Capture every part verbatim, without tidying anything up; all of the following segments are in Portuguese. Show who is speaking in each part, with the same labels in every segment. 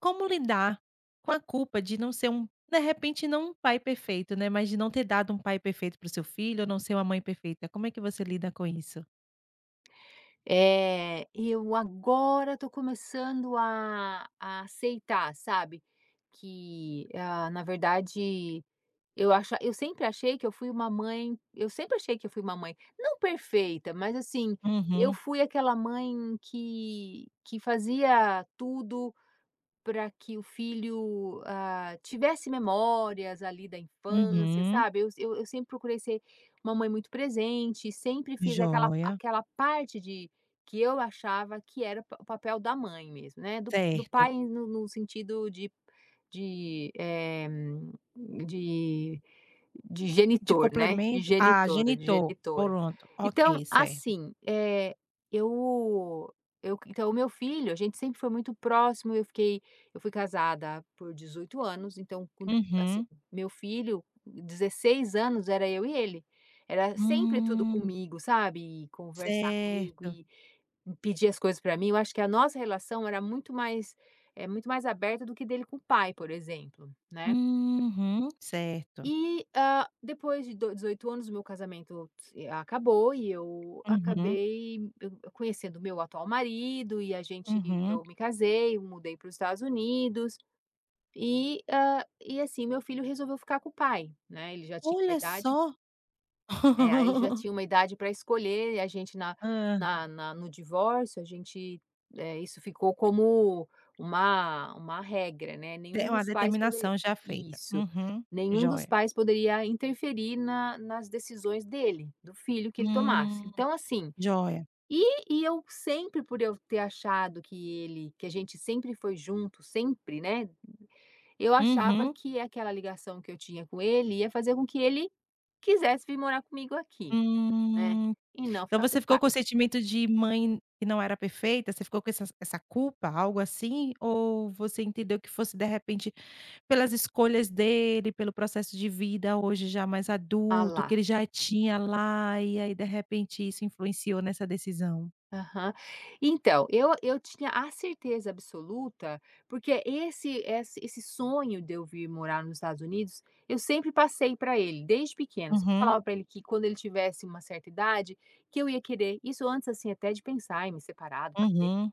Speaker 1: Como lidar com a culpa de não ser um de repente não um pai perfeito, né, mas de não ter dado um pai perfeito para o seu filho ou não ser uma mãe perfeita, como é que você lida com isso?
Speaker 2: É, eu agora estou começando a a aceitar, sabe, que, ah, na verdade, eu acho, eu sempre achei que eu fui uma mãe eu sempre achei que eu fui uma mãe, não perfeita, mas assim, eu
Speaker 1: Uhum,
Speaker 2: fui aquela mãe que que fazia tudo para que o filho, ah, tivesse memórias ali da infância,
Speaker 1: uhum.
Speaker 2: sabe. Eu eu eu sempre procurei ser uma mãe muito presente, sempre fiz aquela
Speaker 1: Joia,
Speaker 2: aquela parte de que eu achava que era pa o papel da mãe mesmo, né. Do do
Speaker 1: certo.
Speaker 2: pai no no sentido de de, eh, de de
Speaker 1: De
Speaker 2: genitor, né, de
Speaker 1: complemento ah,
Speaker 2: genitor, de
Speaker 1: genitor,
Speaker 2: genitora.
Speaker 1: pronto, ok,
Speaker 2: Então,
Speaker 1: certo.
Speaker 2: assim, eh, eu eu então o meu filho, a gente sempre foi muito próximo, eu fiquei eu fui casada por dezoito anos, então com assim,
Speaker 1: Uhum.
Speaker 2: meu filho, dezesseis anos era eu e ele. Era sempre tudo
Speaker 1: Hum,
Speaker 2: comigo, sabe, e conversar comigo
Speaker 1: certo.
Speaker 2: e pedir as coisas para mim, eu acho que a nossa relação era muito mais, é muito mais aberta do que dele com o pai, por exemplo, né.
Speaker 1: Uhum, certo.
Speaker 2: E, hã, depois de do dezoito anos, o meu casamento se acabou e eu
Speaker 1: Uhum,
Speaker 2: acabei eu eu conhecendo o meu atual marido e a gente
Speaker 1: uhum.
Speaker 2: eu me casei, eu mudei para os Estados Unidos e, hã, e assim, meu filho resolveu ficar com o pai, né, ele já tinha uma
Speaker 1: Olha
Speaker 2: idade
Speaker 1: só.
Speaker 2: é, aí ele já tinha uma idade para escolher e a gente na
Speaker 1: Hã,
Speaker 2: na na no divórcio, a gente, eh, isso ficou como uma uma regra, né, nenhum
Speaker 1: de uma
Speaker 2: dos pais poderia
Speaker 1: determinação já feita.
Speaker 2: isso,
Speaker 1: Uhum,
Speaker 2: nenhum dos
Speaker 1: joia.
Speaker 2: pais poderia interferir na nas decisões dele, do filho que ele tomasse.
Speaker 1: Hum,
Speaker 2: Então assim,
Speaker 1: joia.
Speaker 2: e e eu sempre por eu ter achado que ele que a gente sempre foi junto, sempre, né, eu achava
Speaker 1: Uhum,
Speaker 2: que aquela ligação que eu tinha com ele ia fazer com que ele quisesse vir morar comigo aqui. Né,
Speaker 1: hum.
Speaker 2: e não
Speaker 1: Então
Speaker 2: ficar com
Speaker 1: você
Speaker 2: o
Speaker 1: ficou com o
Speaker 2: pai.
Speaker 1: sentimento de mãe que não era perfeita? Você ficou com essa essa culpa, algo assim, ou você entendeu que fosse de repente pelas escolhas dele, pelo processo de vida hoje já mais
Speaker 2: Ah
Speaker 1: adulto, que
Speaker 2: lá,
Speaker 1: ele já tinha lá, e aí de repente isso influenciou nessa decisão?
Speaker 2: aham. Então, eu eu tinha a certeza absoluta, porque esse esse esse sonho de eu vir morar nos Estados Unidos, eu sempre passei para ele, desde pequeno, sempre
Speaker 1: Uhum,
Speaker 2: falava para ele que quando ele tivesse uma certa idade, que eu ia querer isso antes, assim, até de pensar em me separar do pai.
Speaker 1: uhum,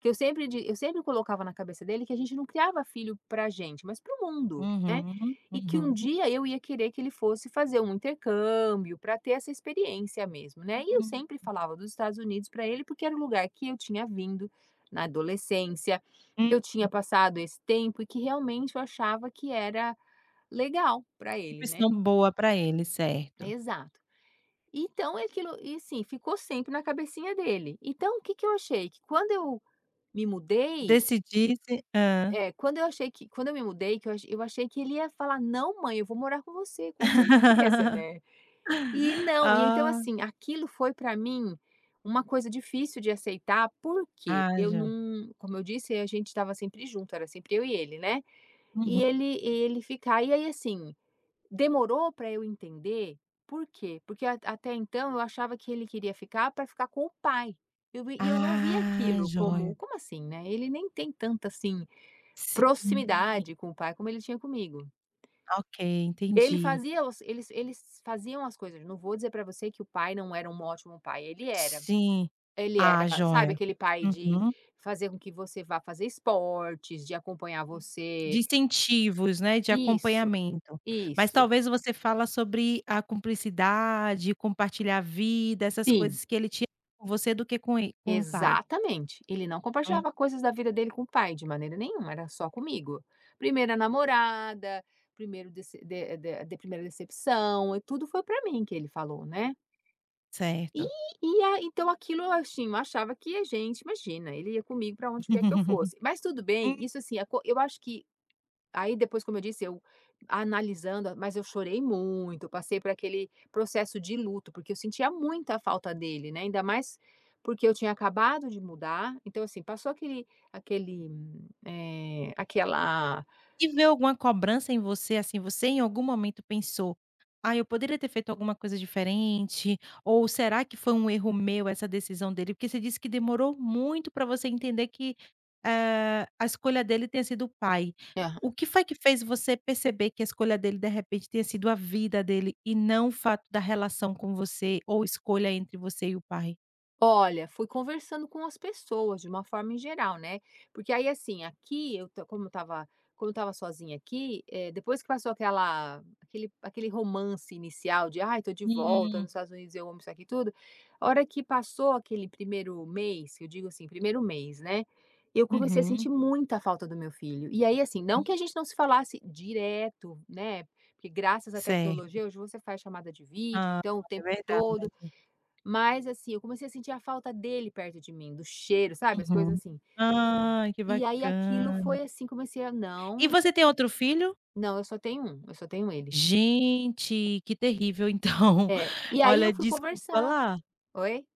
Speaker 2: Que eu sempre di eu sempre colocava na cabeça dele que a gente não criava filho pra gente, mas para o mundo, né.
Speaker 1: uhum,
Speaker 2: E que um
Speaker 1: uhum,
Speaker 2: dia eu ia querer que ele fosse fazer um intercâmbio para ter essa experiência mesmo, né. E eu
Speaker 1: uhum,
Speaker 2: sempre falava dos Estados Unidos para ele, porque era o lugar que eu tinha vindo na adolescência,
Speaker 1: hum,
Speaker 2: que eu tinha passado esse tempo e que realmente eu achava que era legal para ele, né.
Speaker 1: opção boa pra ele, certo.
Speaker 2: Exato. Então é aquilo e assim, ficou sempre na cabecinha dele. Então o que que eu achei? Que quando eu me mudei
Speaker 1: Decidisse hã.
Speaker 2: É, quando eu achei que quando eu me mudei, que eu achei eu achei que ele ia falar: "Não, mãe, eu vou morar com você, com certeza", né. E não, e então,
Speaker 1: Ah,
Speaker 2: assim, aquilo foi pra mim uma coisa difícil de aceitar, porque
Speaker 1: ah,
Speaker 2: eu
Speaker 1: joia.
Speaker 2: não, como eu disse, a gente estava sempre junto, era sempre eu e ele, né. E
Speaker 1: Uhum.
Speaker 2: ele e ele ficar e aí, assim, demorou pra eu entender por quê, porque a até então eu achava que ele queria ficar pra ficar com o pai. Eu vi e eu não via
Speaker 1: Ah,
Speaker 2: aquilo
Speaker 1: joia.
Speaker 2: como: "Como assim, né, ele nem tem tanta, assim,
Speaker 1: Sim,
Speaker 2: proximidade com o pai como ele tinha comigo".
Speaker 1: ok,
Speaker 2: Ele
Speaker 1: entendi.
Speaker 2: fazia os eles eles faziam as coisas, não vou dizer para você que o pai não era um ótimo pai, ele era.
Speaker 1: Sim.
Speaker 2: Ele era,
Speaker 1: Ah,
Speaker 2: sabe,
Speaker 1: joia.
Speaker 2: aquele pai de
Speaker 1: Uhum.
Speaker 2: fazer com que você vá fazer esportes, de acompanhar
Speaker 1: Hum. De
Speaker 2: você,
Speaker 1: incentivos, né, de
Speaker 2: isso,
Speaker 1: acompanhamento. Mas
Speaker 2: isso.
Speaker 1: talvez você fala sobre a cumplicidade, compartilhar a vida, essas
Speaker 2: Sim,
Speaker 1: coisas que ele tinha com você do que com ele com o pai.
Speaker 2: exatamente. Ele não
Speaker 1: Hum.
Speaker 2: compartilhava coisas da vida dele com o pai de maneira nenhuma, era só comigo. Primeira namorada, primeiro dece de de de primeira decepção, e tudo foi para mim que ele falou, né. E
Speaker 1: Certo.
Speaker 2: e a então aquilo, eu assim, eu achava que a gente imagina, ele ia comigo para onde quer que eu fosse. Mas tudo bem, isso assim, a co eu acho que aí depois, como eu disse, eu analisando, mas eu chorei muito, eu passei por aquele processo de luto, porque eu sentia muita falta dele, né, ainda mais porque eu tinha acabado de mudar, então assim, passou aquele aquele, hum, eh, aquela...
Speaker 1: E veio alguma cobrança em você, assim, você em algum momento pensou: "Ah, eu poderia ter feito alguma coisa diferente", ou será que foi um erro meu essa decisão dele? Porque você disse que demorou muito para você entender que, eh, a escolha dele tenha sido o pai. O que foi que fez você perceber que a escolha dele, de repente, tenha sido a vida dele e não o fato da relação com você ou escolha entre você e o pai?
Speaker 2: Olha, fui conversando com as pessoas de uma forma em geral, né, porque aí, assim, aqui eu ta como eu estava como eu estava sozinha aqui, eh, depois que passou aquela aquele aquele romance inicial de: "Ai, tô de volta nos
Speaker 1: Hum.
Speaker 2: Estados Unidos, eu amo isso aqui e tudo", a hora que passou aquele primeiro mês, que eu digo assim, primeiro mês, né, eu comecei a sentir
Speaker 1: Uhum.
Speaker 2: muita falta do meu filho. E aí, assim, não
Speaker 1: Hum.
Speaker 2: que a gente não se falasse direto, né, porque graças à
Speaker 1: Certo.
Speaker 2: tecnologia hoje você faz chamada de vídeo,
Speaker 1: Ah,
Speaker 2: então o
Speaker 1: é
Speaker 2: tempo
Speaker 1: verdade.
Speaker 2: todo, mas, assim, eu comecei a sentir a falta dele perto de mim, do cheiro, sabe, as coisas
Speaker 1: Uhum.
Speaker 2: assim.
Speaker 1: Ai, que
Speaker 2: E aí aquilo
Speaker 1: bacana.
Speaker 2: foi assim, comecei a:
Speaker 1: E
Speaker 2: "Não,
Speaker 1: você tem outro filho?
Speaker 2: não, eu só tenho um, eu só tenho ele".
Speaker 1: Gente, que terrível então.
Speaker 2: É, e aí eu
Speaker 1: Olha,
Speaker 2: fui
Speaker 1: desculpa
Speaker 2: conversar.
Speaker 1: lá.
Speaker 2: Oi?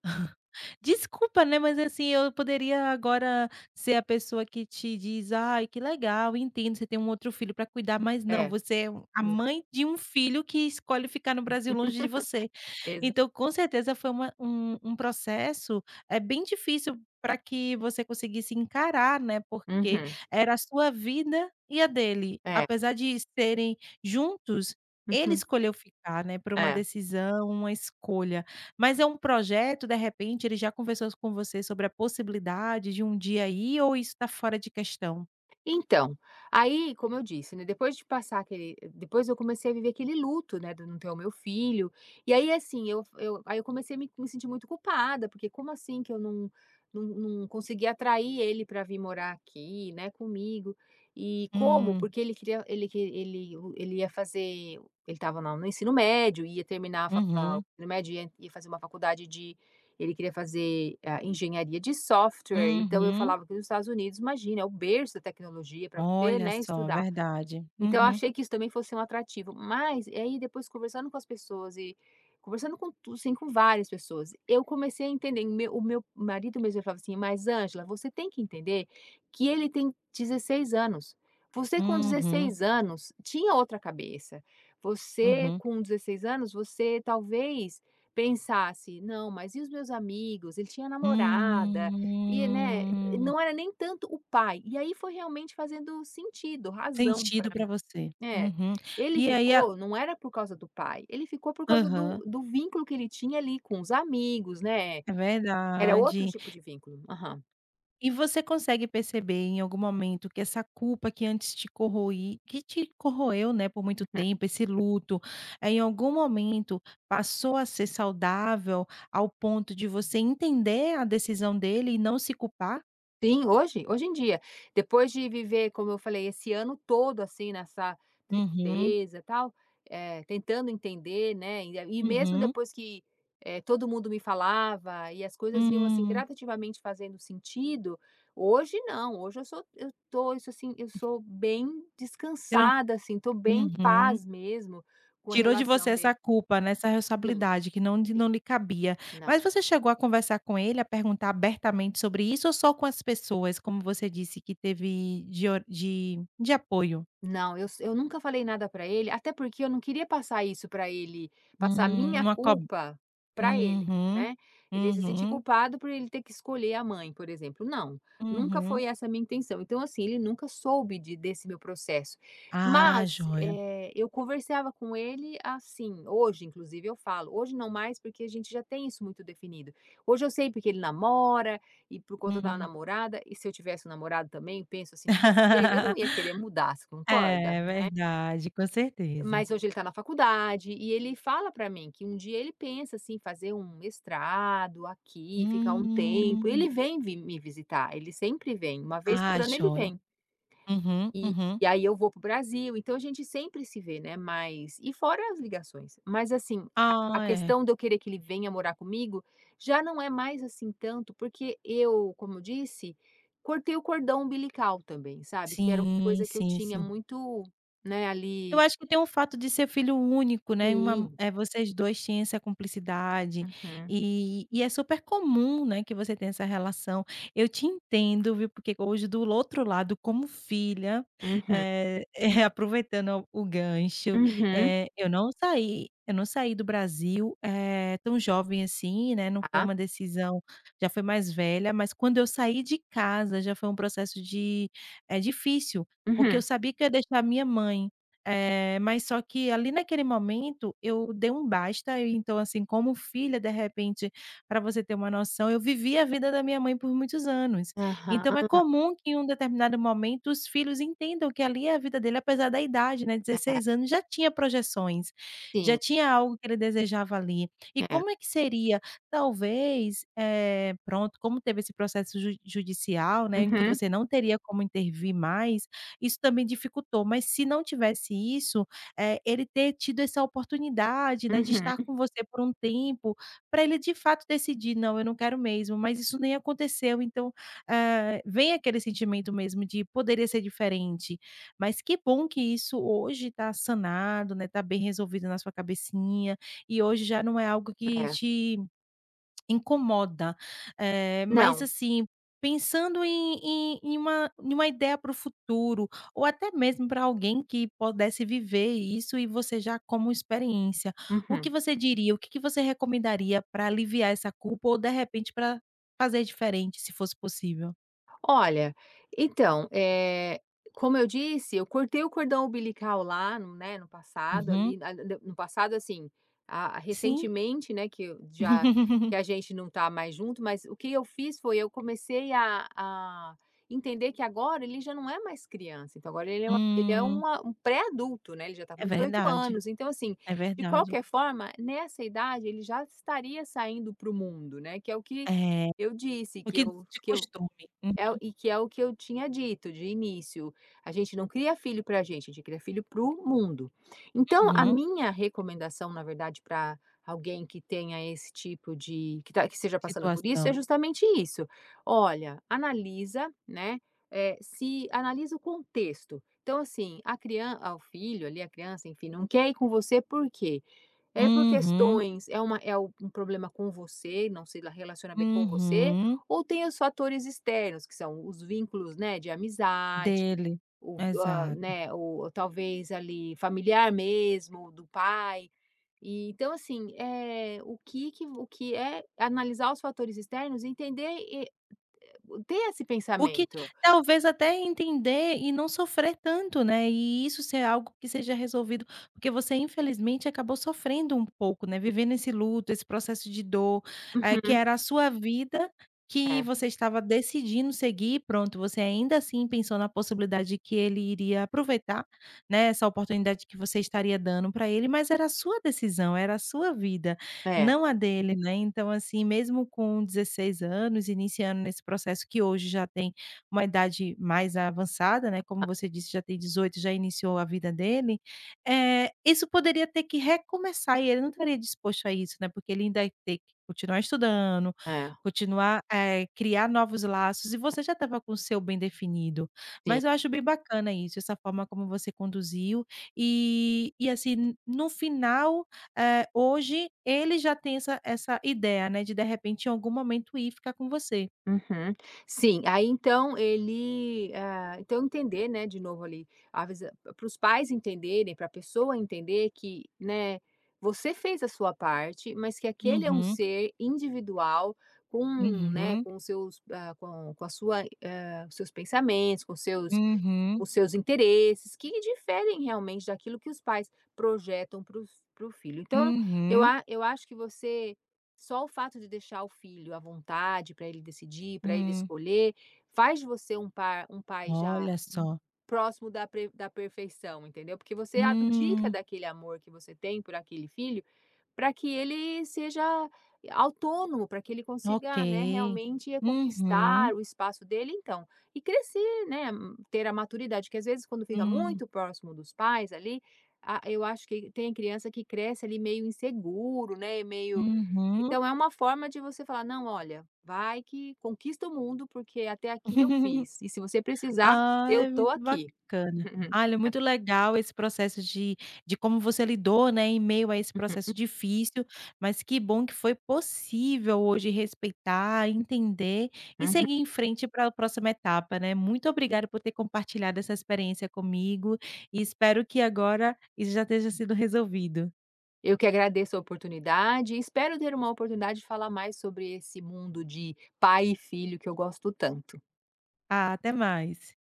Speaker 1: Desculpa, né, mas assim, eu poderia agora ser a pessoa que te diz: "Ai, que legal, entendo, você tem um outro filho para cuidar", mas não,
Speaker 2: É,
Speaker 1: você é um- a
Speaker 2: não.
Speaker 1: mãe de um filho que escolhe ficar no Brasil longe de você.
Speaker 2: Exato.
Speaker 1: Então, com certeza foi uma um um processo, é bem difícil para que você conseguisse encarar, né, porque
Speaker 2: Uhum.
Speaker 1: era a sua vida e a dele.
Speaker 2: É.
Speaker 1: Apesar de serem juntos, ele
Speaker 2: Uhum.
Speaker 1: escolheu ficar, né, por uma
Speaker 2: É.
Speaker 1: decisão, uma escolha. Mas é um projeto, de repente, ele já conversou com você sobre a possibilidade de um dia ir ou isso está fora de questão?
Speaker 2: Então, aí, como eu disse, né, depois de passar aquele depois eu comecei a viver aquele luto, né, de não ter o meu filho, e aí, assim, eu eu aí eu comecei a me me sentir muito culpada, porque como assim que eu não não não consegui atrair ele para vir morar aqui, né, comigo, e como?
Speaker 1: Hum.
Speaker 2: Porque ele queria ele que ele ele ia fazer, ele estava na no ensino médio, ia terminar a fa o
Speaker 1: Uhum.
Speaker 2: ensino médio, ia ia fazer uma faculdade de... ele queria fazer, ah, engenharia de software, então eu
Speaker 1: Uhum.
Speaker 2: falava que nos Estados Unidos, imagina, é o berço da tecnologia para você,
Speaker 1: Olha
Speaker 2: né,
Speaker 1: só,
Speaker 2: estudar.
Speaker 1: verdade.
Speaker 2: Então eu
Speaker 1: Uhum.
Speaker 2: achei que isso também fosse um atrativo, mas e aí depois conversando com as pessoas e conversando com tu assim, com várias pessoas, eu comecei a entender, o meu o meu marido mesmo ele falava assim: "Mas Ângela, você tem que entender que ele tem dezesseis anos. Você com
Speaker 1: Uhum.
Speaker 2: dezesseis anos tinha outra cabeça. Você
Speaker 1: Uhum.
Speaker 2: com dezesseis anos, você talvez pensasse: "Não, mas e os meus amigos?" Ele tinha namorada, e, né,
Speaker 1: Hum,
Speaker 2: não era nem tanto o pai. E aí foi realmente fazendo sentido, razão para...
Speaker 1: sentido pra você.
Speaker 2: é,
Speaker 1: Uhum.
Speaker 2: ele
Speaker 1: E aí a
Speaker 2: ficou, não era por causa do pai, ele ficou por causa do
Speaker 1: aham,
Speaker 2: do vínculo que ele tinha ali com os amigos, né,
Speaker 1: é
Speaker 2: era outro
Speaker 1: verdade.
Speaker 2: tipo de vínculo. Aham.
Speaker 1: E você consegue perceber em algum momento que essa culpa que antes te corroí que te corroeu, né, por muito tempo, esse luto, eh, em algum momento passou a ser saudável ao ponto de você entender a decisão dele e não se culpar?
Speaker 2: Sim, hoje, hoje em dia. Depois de viver, como eu falei, esse ano todo, assim, nessa
Speaker 1: Uhum,
Speaker 2: tristeza, tal, eh, tentando entender, né, e e mesmo
Speaker 1: uhum,
Speaker 2: depois que, eh, todo mundo me falava e as coisas iam, assim,
Speaker 1: hum,
Speaker 2: gradativamente fazendo sentido, hoje não, hoje eu sou eu tô, isso, assim, eu sou bem
Speaker 1: tran
Speaker 2: descansada, assim, tô bem em
Speaker 1: uhum.
Speaker 2: paz mesmo com a
Speaker 1: Tirou de você
Speaker 2: relação dele.
Speaker 1: essa culpa, né, essa
Speaker 2: Sim,
Speaker 1: responsabilidade que não não lhe cabia.
Speaker 2: não.
Speaker 1: Mas você chegou a conversar com ele, a perguntar abertamente sobre isso ou só com as pessoas, como você disse que teve de or de de apoio?
Speaker 2: Não, eu s eu nunca falei nada pra ele, até porque eu não queria passar isso pra ele, passar a
Speaker 1: Hum,
Speaker 2: minha
Speaker 1: uma co
Speaker 2: culpa pra ele,
Speaker 1: uhum,
Speaker 2: né. Ele se sentir
Speaker 1: uhum,
Speaker 2: culpado por ele ter que escolher a mãe, por exemplo. Não, nunca
Speaker 1: uhum.
Speaker 2: foi essa a minha intenção. Então, assim, ele nunca soube de... desse meu processo.
Speaker 1: Ah,
Speaker 2: Mas,
Speaker 1: joia.
Speaker 2: eh, eu conversava com ele assim, hoje inclusive eu falo, hoje não mais porque a gente já tem isso muito definido. Hoje eu sei porque ele namora e por conta da
Speaker 1: Hum.
Speaker 2: namorada, e se eu tivesse um namorado também, penso assim dele, eu não ia querer mudar, você concorda,
Speaker 1: É
Speaker 2: né?
Speaker 1: verdade, com certeza.
Speaker 2: Mas hoje ele está na faculdade e ele fala para mim que um dia ele pensa assim fazer um mestrado aqui, ficar um tempo. Ele
Speaker 1: Hum.
Speaker 2: vem vi me visitar, ele sempre vem, uma vez
Speaker 1: Ah,
Speaker 2: por ano ele
Speaker 1: joia.
Speaker 2: vem.
Speaker 1: Uhum,
Speaker 2: E
Speaker 1: uhum.
Speaker 2: e aí eu vou pro Brasil, então a gente sempre se vê, né, mas e fora as ligações, mas assim, a a
Speaker 1: Ah, é.
Speaker 2: questão de eu querer que ele venha morar comigo, já não é mais assim tanto, porque eu, como eu disse, cortei o cordão umbilical também, sabe, que era uma
Speaker 1: Sim,
Speaker 2: coisa que eu
Speaker 1: sim,
Speaker 2: tinha
Speaker 1: sim.
Speaker 2: muito, né,
Speaker 1: Eu
Speaker 2: ali.
Speaker 1: acho que tem o fato de ser filho único, né, uma
Speaker 2: Sim.
Speaker 1: eh, vocês dois tinham essa cumplicidade,
Speaker 2: Uhum,
Speaker 1: e e é super comum, né, que você tenha essa relação. Eu te entendo, viu, porque hoje do outro lado, como filha,
Speaker 2: uhum,
Speaker 1: eh, eh, aproveitando o gancho,
Speaker 2: uhum,
Speaker 1: eh, eu não saí eu não saí do Brasil, eh, tão jovem assim, né, não foi
Speaker 2: tá,
Speaker 1: uma decisão já foi mais velha, mas quando eu saí de casa já foi um processo de eh, difícil, porque eu
Speaker 2: uhum.
Speaker 1: sabia que eu ia deixar a minha mãe. Eh, mas só que ali naquele momento eu dei um basta, eu então assim, como filha, de repente, para você ter uma noção, eu vivi a vida da minha mãe por muitos anos.
Speaker 2: Aham,
Speaker 1: Então é comum que em um determinado momento os filhos entendam que ali é a vida dele, apesar da idade, né,
Speaker 2: é,
Speaker 1: dezesseis anos já tinha projeções, já
Speaker 2: sim,
Speaker 1: tinha algo que ele desejava ali. E
Speaker 2: é.
Speaker 1: como é que seria? Talvez, eh, pronto, como teve esse processo ju judicial, né, em que
Speaker 2: Uhum,
Speaker 1: você não teria como intervir mais, isso também dificultou, mas se não tivesse isso, eh, ele ter tido essa oportunidade, né, de estar
Speaker 2: uhum,
Speaker 1: com você por um tempo, para ele de fato decidir: "Não, eu não quero mesmo", mas isso nem aconteceu, então, eh, vem aquele sentimento mesmo de poderia ser diferente, mas que bom que isso hoje está sanado, né, tá bem resolvido na sua cabecinha, e hoje já não é algo que
Speaker 2: é.
Speaker 1: te incomoda, eh, mas
Speaker 2: Não,
Speaker 1: assim, pensando em em em uma em uma ideia para o futuro, ou até mesmo para alguém que pudesse viver isso e você já como experiência, o que
Speaker 2: uhum.
Speaker 1: você diria, o que que você recomendaria para aliviar essa culpa ou de repente para fazer diferente, se fosse possível?
Speaker 2: Olha, então, eh, como eu disse, eu cortei o cordão umbilical lá no... né, no passado
Speaker 1: Uhum,
Speaker 2: ali, a d no passado, assim, a a-
Speaker 1: sim.
Speaker 2: recentemente, né, que eu já... que a gente não tá mais junto, mas o que eu fiz foi eu comecei a a entender que agora ele já não é mais criança, então agora ele é uma ele é
Speaker 1: Hum,
Speaker 2: uma um pré-adulto, né, ele já tá
Speaker 1: é
Speaker 2: com dezoito
Speaker 1: verdade,
Speaker 2: anos, então assim,
Speaker 1: é
Speaker 2: de
Speaker 1: verdade.
Speaker 2: qualquer forma, nessa idade ele já estaria saindo para o mundo, né, que é o que
Speaker 1: É,
Speaker 2: eu disse, que
Speaker 1: porque
Speaker 2: eu
Speaker 1: de
Speaker 2: que eu
Speaker 1: costume.
Speaker 2: é o e que é o que eu tinha dito de início, a gente não cria filho para a gente, a gente cria filho para o mundo. Então a
Speaker 1: Uhum,
Speaker 2: minha recomendação, na verdade, para alguém que tenha esse tipo de... que tá que esteja passando por isso, é
Speaker 1: situação.
Speaker 2: justamente isso. Olha, analisa, né, eh, se analisa o contexto. Então assim, a criança o filho ali, a criança, enfim, não quer ir com você por quê? É por
Speaker 1: Uhum,
Speaker 2: questões é uma é um problema com você, não se relaciona bem com você,
Speaker 1: uhum.
Speaker 2: ou tem os fatores externos, que são os vínculos, né, de amizade,
Speaker 1: Dele,
Speaker 2: o ah,
Speaker 1: exato.
Speaker 2: né, o talvez ali familiar mesmo, do pai. E então assim, é o que que o que é analisar os fatores externos e entender e ter esse
Speaker 1: O que
Speaker 2: pensamento.
Speaker 1: talvez até entender e não sofrer tanto, né, e isso ser algo que seja resolvido, porque você infelizmente acabou sofrendo um pouco, né, vivendo esse luto, esse processo de dor, eh, que
Speaker 2: Uhum.
Speaker 1: era a sua vida, que
Speaker 2: É,
Speaker 1: você estava decidindo seguir, pronto, você ainda assim pensou na possibilidade de que ele iria aproveitar, né, essa oportunidade que você estaria dando para ele, mas era a sua decisão, era a sua vida.
Speaker 2: é,
Speaker 1: Não a dele, né, então assim, mesmo com dezesseis anos, iniciando nesse processo que hoje já tem uma idade mais avançada, né, como você disse, já tem dezoito, já iniciou a vida dele, eh, isso poderia ter que recomeçar e ele não estaria disposto a isso, né, porque ele ainda ia ter que continuar estudando,
Speaker 2: é,
Speaker 1: continuar, eh, criar novos laços e você já estava com o seu bem definido.
Speaker 2: sim.
Speaker 1: Mas eu acho bem bacana isso, essa forma como você conduziu e e assim, no final eh, hoje ele já tem essa essa ideia, né, de de repente em algum momento ir ficar com você.
Speaker 2: Uhum. Sim, aí então ele, ah, então entender, né, de novo ali, para os pais entenderem, para a pessoa entender que, né, você fez a sua parte, mas que aquele é um
Speaker 1: Uhum,
Speaker 2: ser individual com, né,
Speaker 1: uhum,
Speaker 2: com seus, ah, com, com a sua, ah, seus pensamentos, com seus...
Speaker 1: uhum,
Speaker 2: os seus interesses, que diferem realmente daquilo que os pais projetam para os para o filho. Então, eu
Speaker 1: uhum,
Speaker 2: a eu acho que você... só o fato de deixar o filho à vontade para ele decidir, para ele
Speaker 1: hum.
Speaker 2: escolher, faz de você um par um pai já
Speaker 1: Olha
Speaker 2: hum,
Speaker 1: só.
Speaker 2: próximo da pre da perfeição, entendeu. Porque você abdica
Speaker 1: Hum.
Speaker 2: daquele amor que você tem por aquele filho, para que ele seja autônomo, para que ele
Speaker 1: Ok.
Speaker 2: consiga, né, realmente eh, conquistar
Speaker 1: Uhum,
Speaker 2: o espaço dele. Então, e crescer, né, hum, ter a maturidade, que às vezes quando fica
Speaker 1: hum,
Speaker 2: muito próximo dos pais ali, a eu acho que tem criança que cresce ali meio inseguro, né, meio...
Speaker 1: uhum.
Speaker 2: então é uma forma de você falar: "Não, olha, vai que conquista o mundo, porque até aqui eu fiz, e se você precisar,
Speaker 1: Ah,
Speaker 2: eu
Speaker 1: é
Speaker 2: tô
Speaker 1: muito
Speaker 2: aqui".
Speaker 1: bacana. Ah, olha, muito legal esse processo de de como você lidou, né, em meio a esse processo difícil, mas que bom que foi possível hoje respeitar, entender e seguir em frente para a próxima etapa, né. Muito obrigada por ter compartilhado essa experiência comigo e espero que agora isso já tenha sido resolvido.
Speaker 2: Eu que agradeço a oportunidade e espero ter uma oportunidade de falar mais sobre esse mundo de pai e filho que eu gosto tanto.
Speaker 1: Ah, até mais.